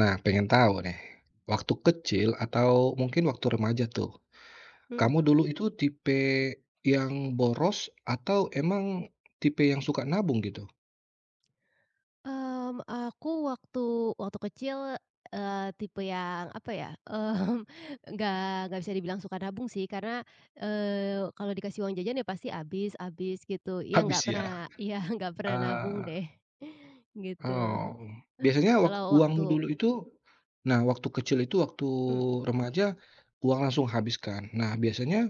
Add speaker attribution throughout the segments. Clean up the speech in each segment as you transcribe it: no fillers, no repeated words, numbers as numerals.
Speaker 1: Nah, pengen tahu nih, waktu kecil atau mungkin waktu remaja tuh,
Speaker 2: Hmm,
Speaker 1: kamu dulu itu tipe yang boros atau emang tipe yang suka nabung gitu?
Speaker 2: Aku waktu waktu kecil, tipe yang apa ya, nggak nggak bisa dibilang suka nabung sih karena, kalau dikasih uang jajan ya pasti habis habis gitu. Iya nggak
Speaker 1: Habis
Speaker 2: pernah
Speaker 1: ya?
Speaker 2: iya nggak pernah nabung
Speaker 1: Eee,
Speaker 2: deh, gitu.
Speaker 1: oh, biasanya
Speaker 2: Kalau
Speaker 1: uangmu
Speaker 2: waktu
Speaker 1: dulu itu nah, waktu kecil itu, waktu
Speaker 2: mhm,
Speaker 1: remaja, uang langsung habiskan. Nah, biasanya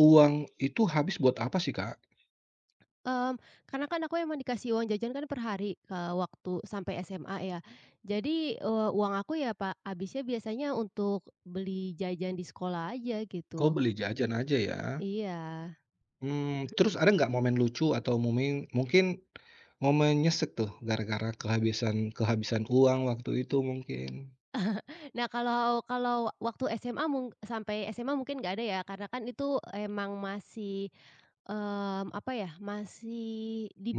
Speaker 1: uang itu habis buat apa sih, Kak?
Speaker 2: mmm, Karena kan aku emang dikasih uang jajan kan per hari, waktu sampai SMA ya. Jadi, uang aku ya pak, habisnya biasanya untuk beli jajan di sekolah aja
Speaker 1: Oh,
Speaker 2: gitu.
Speaker 1: beli jajan aja ya?
Speaker 2: Iya.
Speaker 1: Mmm, terus ada nggak momen lucu atau momen mungkin momen nyesek tuh gara-gara kehabisan kehabisan uang waktu itu mungkin?
Speaker 2: Nah, kalau kalau waktu SMA sampai SMA mungkin nggak ada ya, karena kan itu emang masih, apa ya, masih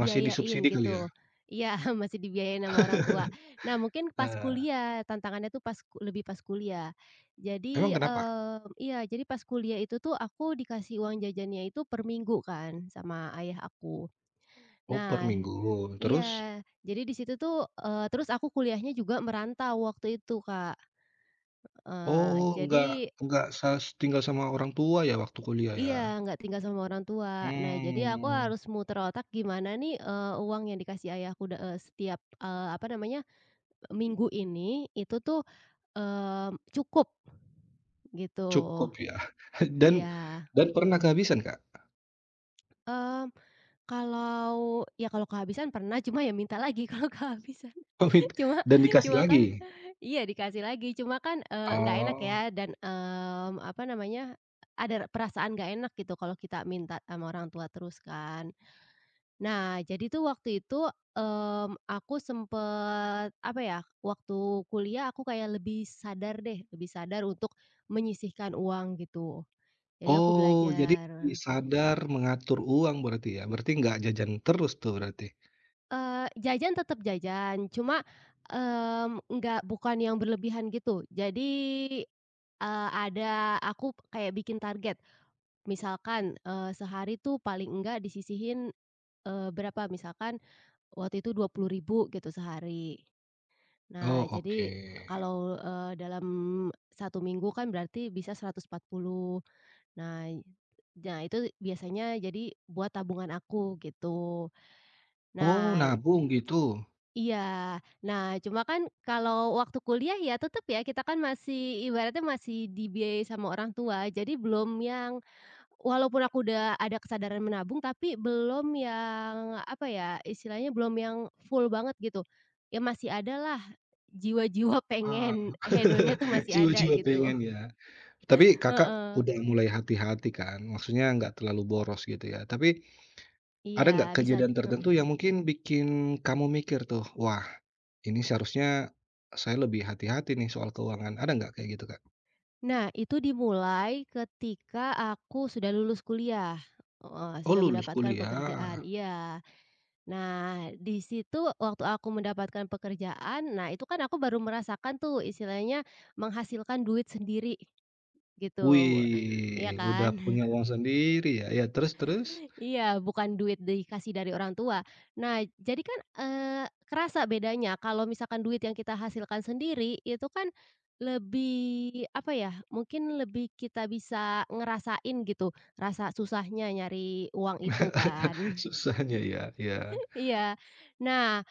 Speaker 1: Masih disubsidi kali ya?
Speaker 2: gitu. Iya, masih dibiayain sama orang tua. Nah, mungkin pas
Speaker 1: Eee,
Speaker 2: kuliah, tantangannya tuh pas ku lebih pas kuliah. Jadi,
Speaker 1: emang kenapa?
Speaker 2: mmm, iya, jadi pas kuliah itu tuh aku dikasih uang jajannya itu per minggu kan sama ayah aku.
Speaker 1: Oh, per
Speaker 2: Nah,
Speaker 1: minggu. Terus?
Speaker 2: iya, jadi di situ tuh, terus aku kuliahnya juga merantau waktu itu, Kak. Heeh,
Speaker 1: Oh, nggak
Speaker 2: jadi
Speaker 1: nggak sas tinggal sama orang tua ya waktu kuliah
Speaker 2: iya,
Speaker 1: ya?
Speaker 2: nggak tinggal sama orang tua. Nah, jadi aku
Speaker 1: Mmm,
Speaker 2: harus muter otak gimana nih, uang yang dikasih ayahku setiap, apa namanya, minggu ini itu tuh, cukup gitu.
Speaker 1: cukup ya. Dan
Speaker 2: Iya,
Speaker 1: dan pernah kehabisan, Kak?
Speaker 2: mmm, Kalau kalau kehabisan pernah, cuma ya minta lagi kalau kehabisan.
Speaker 1: Oh,
Speaker 2: Cuma
Speaker 1: dan dikasih
Speaker 2: cuma
Speaker 1: lagi?
Speaker 2: kan iya dikasih lagi, cuma kan, nggak enak
Speaker 1: Oh.
Speaker 2: ya dan, apa namanya, ada perasaan nggak enak gitu kalau kita minta sama orang tua terus kan. Nah, jadi tuh waktu itu, aku sempet, apa ya, waktu kuliah aku kayak lebih sadar deh, lebih sadar untuk menyisihkan uang gitu. Jadi aku
Speaker 1: Oh, jadi
Speaker 2: belajar,
Speaker 1: sadar mengatur uang berarti ya? Berarti nggak jajan terus tuh berarti?
Speaker 2: jajan tetap jajan, cuma, nggak bukan yang berlebihan gitu. Jadi, ada aku kayak bikin target, misalkan, sehari tuh paling enggak disisihin, berapa, misalkan waktu itu dua rp ribu ribu gitu sehari. Nah,
Speaker 1: Oh, oke.
Speaker 2: jadi kalau, dalam satu minggu kan berarti bisa 140. Nah, y- nah, itu biasanya jadi buat tabungan aku gitu.
Speaker 1: Oh,
Speaker 2: Nah,
Speaker 1: nabung gitu?
Speaker 2: iya. Nah, cuma kan kalau waktu kuliah ya tetap ya kita kan masih ibaratnya masih dibiayai sama orang tua, jadi belum yang. Walaupun aku udah ada kesadaran menabung, tapi belum yang, apa ya, istilahnya belum yang full banget gitu. Ya masih ada lah jiwa-jiwa
Speaker 1: Ah,
Speaker 2: pengen hedonnya tuh masih ada
Speaker 1: jiwa-jiwa
Speaker 2: gitu.
Speaker 1: pengen ya. Tapi Kakak
Speaker 2: Heeh.
Speaker 1: udah mulai hati-hati kan? Maksudnya nggak terlalu boros gitu ya? Tapi
Speaker 2: Iya
Speaker 1: ada nggak
Speaker 2: bisa
Speaker 1: kejadian
Speaker 2: di-
Speaker 1: tertentu
Speaker 2: heeh.
Speaker 1: yang mungkin bikin kamu mikir tuh, "Wah, ini seharusnya saya lebih hati-hati nih soal keuangan." Ada nggak kayak gitu, Kak?
Speaker 2: Nah itu dimulai ketika aku sudah lulus kuliah, heeh,
Speaker 1: Oh,
Speaker 2: sudah
Speaker 1: lulus
Speaker 2: mendapatkan
Speaker 1: kuliah.
Speaker 2: pekerjaan, iya. Nah di situ waktu aku mendapatkan pekerjaan, nah itu kan aku baru merasakan tuh istilahnya menghasilkan duit sendiri. Gitu, iya
Speaker 1: Wih, udah
Speaker 2: kan?
Speaker 1: punya uang sendiri ya? Ya, terus terus?
Speaker 2: Iya, bukan duit dikasih dari orang tua. Nah, jadi kan, kerasa bedanya kalau misalkan duit yang kita hasilkan sendiri, itu kan lebih, apa ya, mungkin lebih kita bisa ngerasain gitu, rasa susahnya nyari uang itu kan.
Speaker 1: Susahnya ya ya.
Speaker 2: Iya. Nah,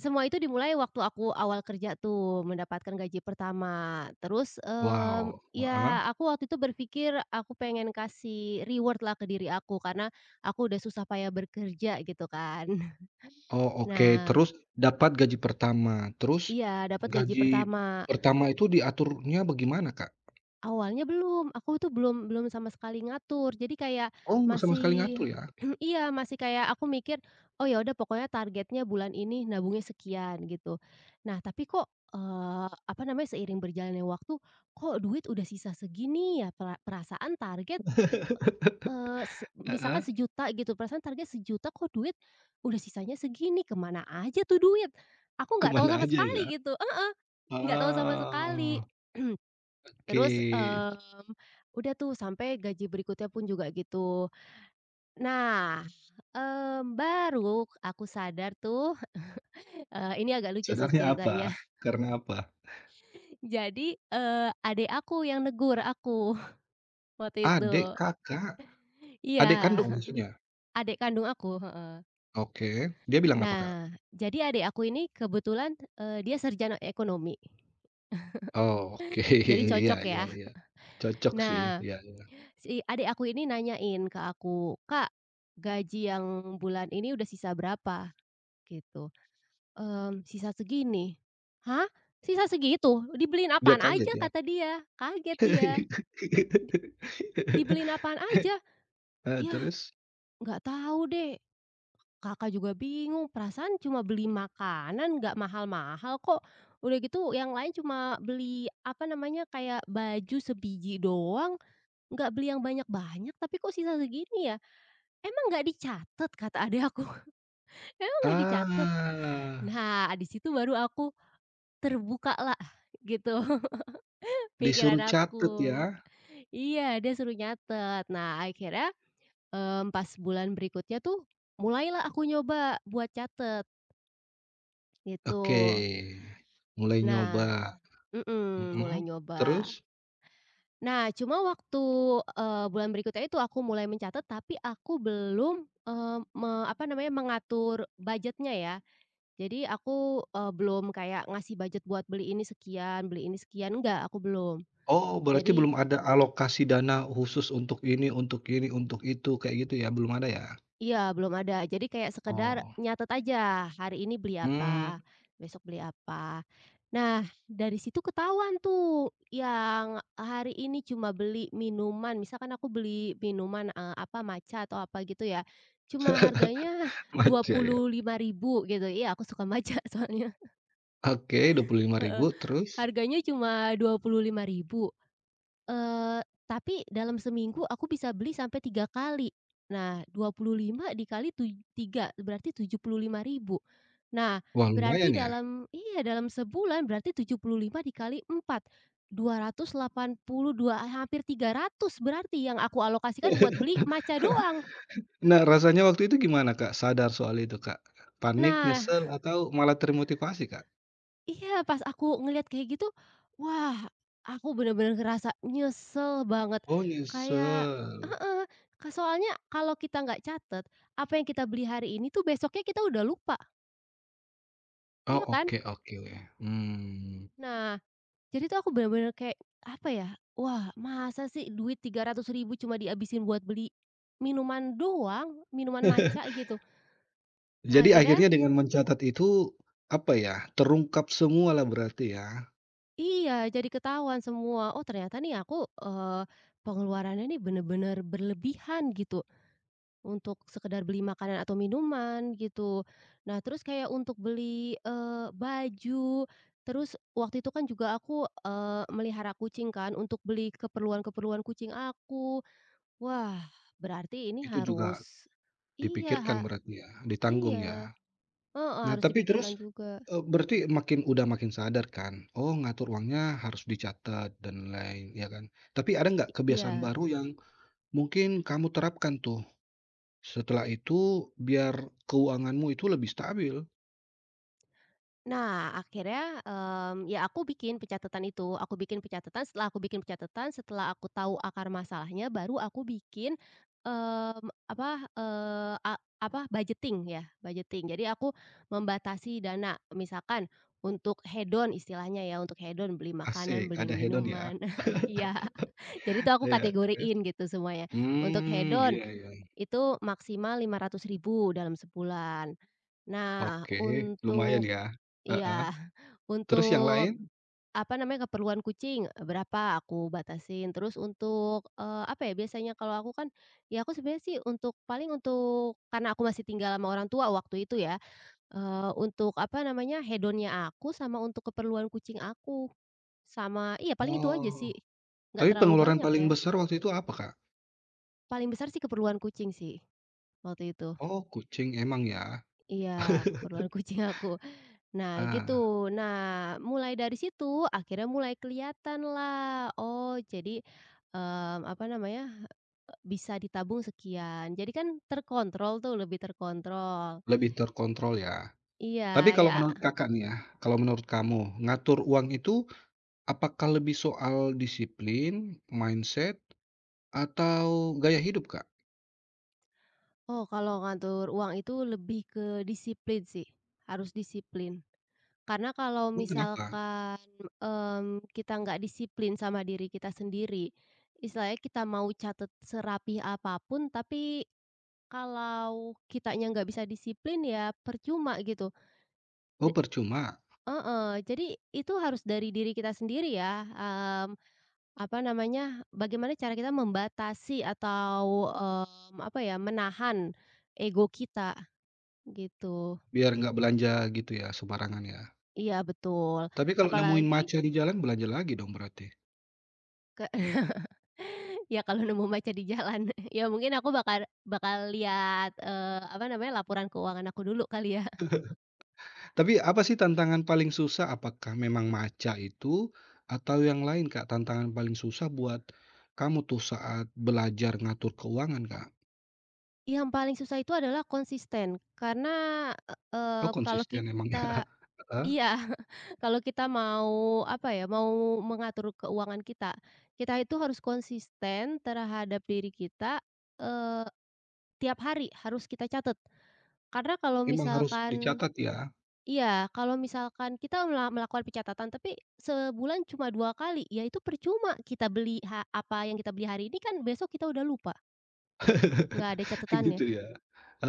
Speaker 2: semua itu dimulai waktu aku awal kerja tuh, mendapatkan gaji pertama. Terus,
Speaker 1: Wow, heeh.
Speaker 2: ya aku waktu itu berpikir aku pengen kasih reward-lah ke diri aku, karena aku udah susah payah bekerja gitu kan.
Speaker 1: Oh, oke,
Speaker 2: Nah,
Speaker 1: terus dapat gaji pertama, terus
Speaker 2: iya, dapat gaji
Speaker 1: gaji
Speaker 2: pertama.
Speaker 1: pertama itu diaturnya bagaimana, Kak?
Speaker 2: Awalnya belum, aku tuh belum belum sama sekali ngatur. Jadi kayak
Speaker 1: Oh, nggak sama sekali
Speaker 2: masih
Speaker 1: ngatur ya?
Speaker 2: iya, masih kayak aku mikir, "Oh ya udah pokoknya targetnya bulan ini nabungnya sekian," gitu. Nah tapi kok, apa namanya, seiring berjalannya waktu, kok duit udah sisa segini ya? Perasaan target, eee, se
Speaker 1: Heeh,
Speaker 2: misalkan sejuta gitu, perasaan target sejuta kok duit udah sisanya segini, kemana aja tuh duit? Aku
Speaker 1: ke
Speaker 2: nggak tahu sama
Speaker 1: aja
Speaker 2: sekali
Speaker 1: ya?
Speaker 2: gitu, heeh, nggak tahu sama sekali.
Speaker 1: Ah,
Speaker 2: Terus,
Speaker 1: oke.
Speaker 2: udah tuh sampai gaji berikutnya pun juga gitu. Nah, baru aku sadar tuh, ini agak lucu sih
Speaker 1: Sadarnya apa?
Speaker 2: ceritanya.
Speaker 1: Karena apa?
Speaker 2: Jadi, adik aku yang negur aku waktu
Speaker 1: Adik,
Speaker 2: itu.
Speaker 1: Kakak? Adik
Speaker 2: Iya,
Speaker 1: kandung maksudnya?
Speaker 2: adik kandung aku, heeh.
Speaker 1: Oke, dia bilang apa, Kak?
Speaker 2: Nah, jadi adik aku ini kebetulan, dia sarjana ekonomi,
Speaker 1: Oh, oke.
Speaker 2: jadi
Speaker 1: Iya
Speaker 2: cocok
Speaker 1: iya
Speaker 2: ya.
Speaker 1: iya. Cocok sih,
Speaker 2: Nah,
Speaker 1: iya iya.
Speaker 2: si adik aku ini nanyain ke aku, "Kak, gaji yang bulan ini udah sisa berapa?" Gitu. "Sisa segini?" "Hah? Sisa segitu? Dibeliin
Speaker 1: Dia
Speaker 2: apaan
Speaker 1: kaget
Speaker 2: aja?"
Speaker 1: ya?
Speaker 2: kata dia. Kaget dia. "Di dibeliin apaan aja?" "Yah,
Speaker 1: Terus?
Speaker 2: nggak tahu deh, Kakak juga bingung, perasaan cuma beli makanan nggak mahal-mahal kok. Udah gitu yang lain cuma beli, apa namanya, kayak baju sebiji doang, nggak beli yang banyak-banyak, tapi kok sisa segini ya? Emang nggak dicatat?" kata adik aku. "Emang nggak dicatat?"
Speaker 1: Ah,
Speaker 2: Nah, di situ baru aku terbukalah gitu. Pikiran
Speaker 1: disuruh
Speaker 2: aku.
Speaker 1: catet ya?
Speaker 2: Iya, dia suruh nyatet. Nah, akhirnya, pas bulan berikutnya tuh, mulailah aku nyoba buat catet, gitu.
Speaker 1: Oke, mulai nyoba,
Speaker 2: Nah, mhm, mulai
Speaker 1: mhm,
Speaker 2: nyoba.
Speaker 1: terus?
Speaker 2: Nah, cuma waktu, bulan berikutnya itu aku mulai mencatat, tapi aku belum, eee, me apa namanya, mengatur budgetnya ya. Jadi aku, belum kayak ngasih budget buat beli ini sekian, enggak, aku belum.
Speaker 1: Oh, berarti
Speaker 2: Jadi
Speaker 1: belum ada alokasi dana khusus untuk ini untuk ini untuk itu, kayak gitu ya, belum ada ya?
Speaker 2: iya, belum ada. Jadi kayak sekedar
Speaker 1: Oh,
Speaker 2: nyatet aja, hari ini beli
Speaker 1: hmm,
Speaker 2: apa, besok beli apa. Nah, dari situ ketahuan tuh yang hari ini cuma beli minuman, misalkan aku beli minuman, apa, matcha atau apa gitu ya, cuma harganya
Speaker 1: amat
Speaker 2: dua
Speaker 1: ya ya.
Speaker 2: puluh lima ribu gitu. Iya, aku suka matcha soalnya.
Speaker 1: Oke, dua puluh lima
Speaker 2: Heeh,
Speaker 1: ribu. Terus?
Speaker 2: harganya cuma 25.000. Tapi dalam seminggu aku bisa beli sampai 3 kali. Nah, 25 dikali 3 berarti 75.000. Nah,
Speaker 1: Wah,
Speaker 2: berarti
Speaker 1: lumayan ya?
Speaker 2: dalam iya, dalam sebulan berarti 75 dikali empat, 282, hampir 300 berarti yang aku alokasikan buat beli matcha doang.
Speaker 1: Nah, rasanya waktu itu gimana, Kak, sadar soal itu, Kak? Panik,
Speaker 2: Nah,
Speaker 1: nyesel, atau malah termotivasi, Kak?
Speaker 2: iya, pas aku ngelihat kayak gitu, wah, aku bener-bener ngerasa nyesel banget.
Speaker 1: Oh,
Speaker 2: Kayak
Speaker 1: nyesel.
Speaker 2: heeh, soalnya kalau kita nggak catet, apa yang kita beli hari ini tuh besoknya kita udah lupa,
Speaker 1: Oh,
Speaker 2: iya kan?
Speaker 1: oke oke. Mmm.
Speaker 2: Nah, jadi tuh aku bener-bener kayak, apa ya, wah masa sih duit 300.000 cuma dihabisin buat beli minuman doang, minuman maca gitu.
Speaker 1: Jadi
Speaker 2: Akhirnya
Speaker 1: akhirnya dengan mencatat itu, apa ya, terungkap semua lah berarti ya?
Speaker 2: iya, jadi ketahuan semua, oh ternyata nih aku, pengeluarannya nih bener-bener berlebihan gitu. Untuk sekedar beli makanan atau minuman gitu. Nah terus kayak untuk beli, baju, terus waktu itu kan juga aku, melihara kucing kan untuk beli keperluan-keperluan kucing aku. Wah berarti ini
Speaker 1: Itu juga
Speaker 2: harus iya ha
Speaker 1: dipikirkan berarti ya, ditanggung
Speaker 2: iya,
Speaker 1: ya?
Speaker 2: heeh,
Speaker 1: Nah,
Speaker 2: harus
Speaker 1: tapi
Speaker 2: dipikirkan
Speaker 1: terus,
Speaker 2: juga.
Speaker 1: berarti makin udah makin sadar kan, oh, ngatur uangnya harus dicatat dan lain ya kan? Tapi ada nggak kebiasaan
Speaker 2: Iya.
Speaker 1: baru yang mungkin kamu terapkan tuh setelah itu, biar keuanganmu itu lebih stabil.
Speaker 2: Nah, akhirnya, ya aku bikin pencatatan itu, aku bikin pencatatan, setelah aku bikin pencatatan, setelah aku tahu akar masalahnya, baru aku bikin, mmm, apa, eee, a apa, budgeting ya, budgeting. Jadi aku membatasi dana, misalkan untuk hedon istilahnya ya, untuk hedon, beli makanan,
Speaker 1: Asik,
Speaker 2: beli
Speaker 1: ada hedon ya.
Speaker 2: minuman, iya, jadi itu aku
Speaker 1: Iya, terus?
Speaker 2: kategoriin gitu semuanya. Untuk
Speaker 1: Mmm,
Speaker 2: hedon
Speaker 1: iya iya.
Speaker 2: itu maksimal 500.000 dalam sebulan. Nah,
Speaker 1: Oke, lumayan
Speaker 2: untuk
Speaker 1: ya. Heeh.
Speaker 2: iya,
Speaker 1: Terus yang
Speaker 2: untuk
Speaker 1: lain?
Speaker 2: apa namanya, keperluan kucing, berapa aku batasin, terus untuk, apa ya, biasanya kalau aku kan, ya aku sebenarnya sih untuk paling untuk karena aku masih tinggal sama orang tua waktu itu ya, untuk apa namanya, hedonnya aku sama untuk keperluan kucing aku, sama iya paling itu aja
Speaker 1: Oh,
Speaker 2: sih, nggak
Speaker 1: tapi
Speaker 2: terlalu
Speaker 1: pengeluaran
Speaker 2: banyak
Speaker 1: paling
Speaker 2: ya,
Speaker 1: besar waktu itu apa, Kak?
Speaker 2: paling besar sih keperluan kucing sih, waktu itu.
Speaker 1: Oh, kucing emang ya.
Speaker 2: Iya, keperluan kucing aku. Nah, gitu.
Speaker 1: Ah,
Speaker 2: Nah, mulai dari situ akhirnya mulai kelihatan lah. Oh jadi, apa namanya, bisa ditabung sekian. Jadi kan terkontrol tuh, lebih terkontrol.
Speaker 1: lebih terkontrol ya.
Speaker 2: Iya,
Speaker 1: Tapi kalau
Speaker 2: ya
Speaker 1: menurut Kakak nih ya, kalau menurut kamu, ngatur uang itu apakah lebih soal disiplin, mindset, atau gaya hidup, Kak?
Speaker 2: oh kalau ngatur uang itu lebih ke disiplin sih, harus disiplin. Karena kalau
Speaker 1: Emang kenapa?
Speaker 2: misalkan, kita nggak disiplin sama diri kita sendiri, istilahnya kita mau catat serapi apapun tapi kalau kitanya nggak bisa disiplin ya percuma gitu.
Speaker 1: Oh,
Speaker 2: De
Speaker 1: percuma?
Speaker 2: heeh, jadi itu harus dari diri kita sendiri ya, apa namanya, bagaimana cara kita membatasi atau, apa ya, menahan ego kita gitu.
Speaker 1: Biar nggak belanja gitu ya, sembarangan ya.
Speaker 2: Iya betul,
Speaker 1: Tapi kalau nemuin
Speaker 2: apalagi
Speaker 1: matcha di jalan belanja lagi dong berarti.
Speaker 2: ke ya kalau nemu macan di jalan, ya mungkin aku bakal bakal lihat, apa namanya, laporan keuangan aku dulu kali ya.
Speaker 1: Tapi apa sih tantangan paling susah? Apakah memang matcha itu atau yang lain, Kak? Tantangan paling susah buat kamu tuh saat belajar ngatur keuangan, Kak?
Speaker 2: Yang paling susah itu adalah konsisten karena,
Speaker 1: Oh
Speaker 2: kalau
Speaker 1: konsisten emang ya?
Speaker 2: kita
Speaker 1: Heeh,
Speaker 2: iya, kalau kita mau apa ya, mau mengatur keuangan kita, kita itu harus konsisten terhadap diri kita, eee, tiap hari harus kita catat. Karena kalau
Speaker 1: emang harus
Speaker 2: misalkan
Speaker 1: dicatat ya?
Speaker 2: iya, kalau misalkan kita melakukan pencatatan tapi sebulan cuma 2 kali, ya itu percuma kita beli ha apa yang kita beli hari ini kan besok kita udah lupa, nggak ada catatannya.
Speaker 1: Gitu ya?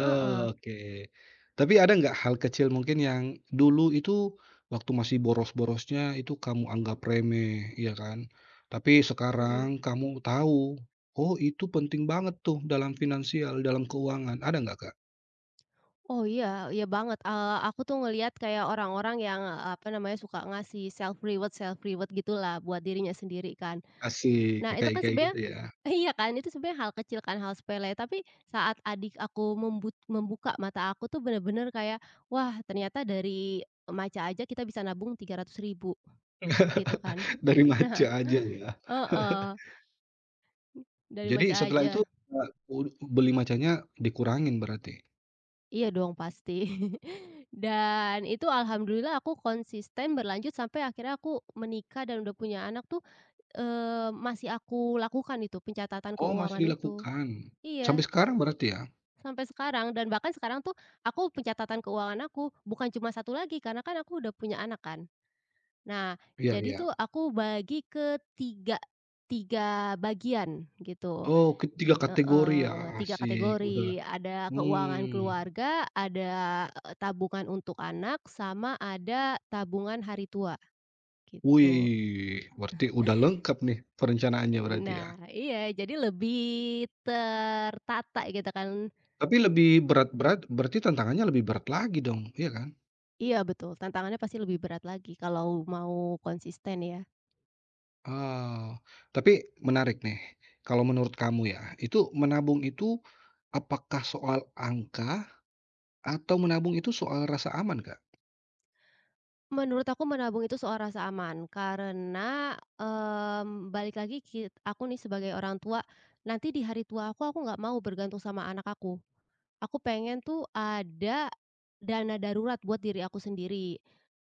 Speaker 2: Heeh,
Speaker 1: oke. Tapi ada nggak hal kecil mungkin yang dulu itu waktu masih boros-borosnya itu kamu anggap remeh, ya kan? Tapi
Speaker 2: mhm.
Speaker 1: sekarang kamu tahu, oh itu penting banget tuh dalam finansial, dalam keuangan. Ada nggak, Kak?
Speaker 2: Oh iya iya banget, aku tuh ngelihat kayak orang-orang yang, apa namanya, suka ngasih self reward gitulah buat dirinya sendiri kan.
Speaker 1: Asik,
Speaker 2: Nah
Speaker 1: ya
Speaker 2: itu
Speaker 1: kayak
Speaker 2: kan
Speaker 1: kayak
Speaker 2: sebenarnya
Speaker 1: gitu ya.
Speaker 2: iya kan, itu sebenarnya hal kecil kan, hal sepele, tapi saat adik aku membuka mata aku tuh bener-bener kayak, wah ternyata dari maca aja kita bisa nabung tiga rp ribu ribu gitu kan.
Speaker 1: Dari maca
Speaker 2: Nah,
Speaker 1: aja ya.
Speaker 2: heeh, dari
Speaker 1: Jadi
Speaker 2: maca
Speaker 1: setelah itu,
Speaker 2: aja.
Speaker 1: eee, ud beli macanya dikurangin berarti?
Speaker 2: Iya dong pasti. Dan itu alhamdulillah aku konsisten berlanjut sampai akhirnya aku menikah dan udah punya anak tuh, masih aku lakukan itu pencatatan
Speaker 1: Oh masih
Speaker 2: keuangan itu.
Speaker 1: dilakukan. Sampai
Speaker 2: Iya,
Speaker 1: sekarang berarti ya?
Speaker 2: sampai sekarang dan bahkan sekarang tuh aku pencatatan keuangan aku bukan cuma satu lagi karena kan aku udah punya anak kan. Nah,
Speaker 1: Iya
Speaker 2: jadi
Speaker 1: iya.
Speaker 2: tuh aku bagi ke 3 3 bagian gitu.
Speaker 1: Oh, ketiga kategori ya,
Speaker 2: Heeh, 3
Speaker 1: asik, udah
Speaker 2: kategori, ada keuangan
Speaker 1: Hmm,
Speaker 2: keluarga, ada, tabungan untuk anak, sama ada tabungan hari tua, gitu.
Speaker 1: wih, berarti udah lengkap nih perencanaannya berarti ya.
Speaker 2: Nah, iya, jadi lebih tertata gitu kan.
Speaker 1: Tapi lebih berat-berat, berarti tantangannya lebih berat lagi dong, iya kan?
Speaker 2: Iya betul, tantangannya pasti lebih berat lagi kalau mau konsisten ya.
Speaker 1: Oh, tapi menarik nih, kalau menurut kamu ya, itu menabung itu apakah soal angka atau menabung itu soal rasa aman, Kak?
Speaker 2: Menurut aku menabung itu soal rasa aman, karena, balik lagi aku nih sebagai orang tua, nanti di hari tua aku nggak mau bergantung sama anak aku. Aku pengen tuh ada dana darurat buat diri aku sendiri,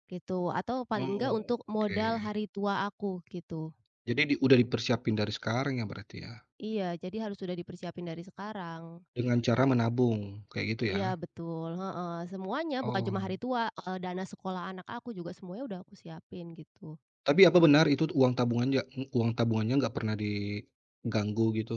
Speaker 2: gitu, atau paling enggak
Speaker 1: Oh,
Speaker 2: untuk
Speaker 1: oke.
Speaker 2: modal hari tua aku, gitu.
Speaker 1: Jadi udah dipersiapin dari sekarang ya berarti ya,
Speaker 2: Iya, jadi harus sudah dipersiapin dari sekarang.
Speaker 1: dengan cara menabung, kayak gitu ya?
Speaker 2: Iya, betul, heeh, semuanya bukan cuma
Speaker 1: Oh.
Speaker 2: hari tua, dana sekolah anak aku juga semuanya udah aku siapin, gitu.
Speaker 1: Tapi apa benar itu uang tabungannya nggak pernah diganggu gitu?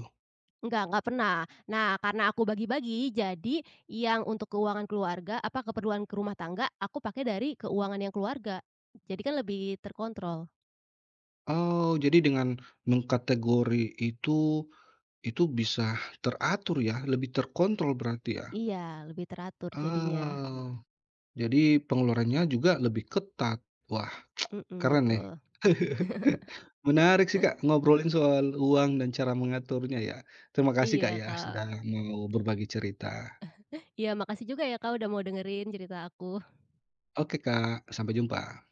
Speaker 2: Enggak pernah. Nah, karena aku bagi-bagi, jadi yang untuk keuangan keluarga, apa, keperluan ke rumah tangga, aku pakai dari keuangan yang keluarga. Jadi kan lebih terkontrol.
Speaker 1: Oh, jadi dengan mengkategori itu bisa teratur ya, lebih terkontrol berarti ya?
Speaker 2: Iya, lebih teratur jadinya.
Speaker 1: Oh, jadi pengeluarannya juga lebih ketat. Wah,
Speaker 2: Mhm,
Speaker 1: keren nih.
Speaker 2: betul.
Speaker 1: Menarik sih, Kak, ngobrolin soal uang dan cara mengaturnya ya. Terima kasih, Kak,
Speaker 2: Iya,
Speaker 1: ya,
Speaker 2: Kak.
Speaker 1: sudah mau berbagi cerita.
Speaker 2: Iya, makasih juga ya, Kak, udah mau dengerin cerita aku.
Speaker 1: Oke, Kak, sampai jumpa.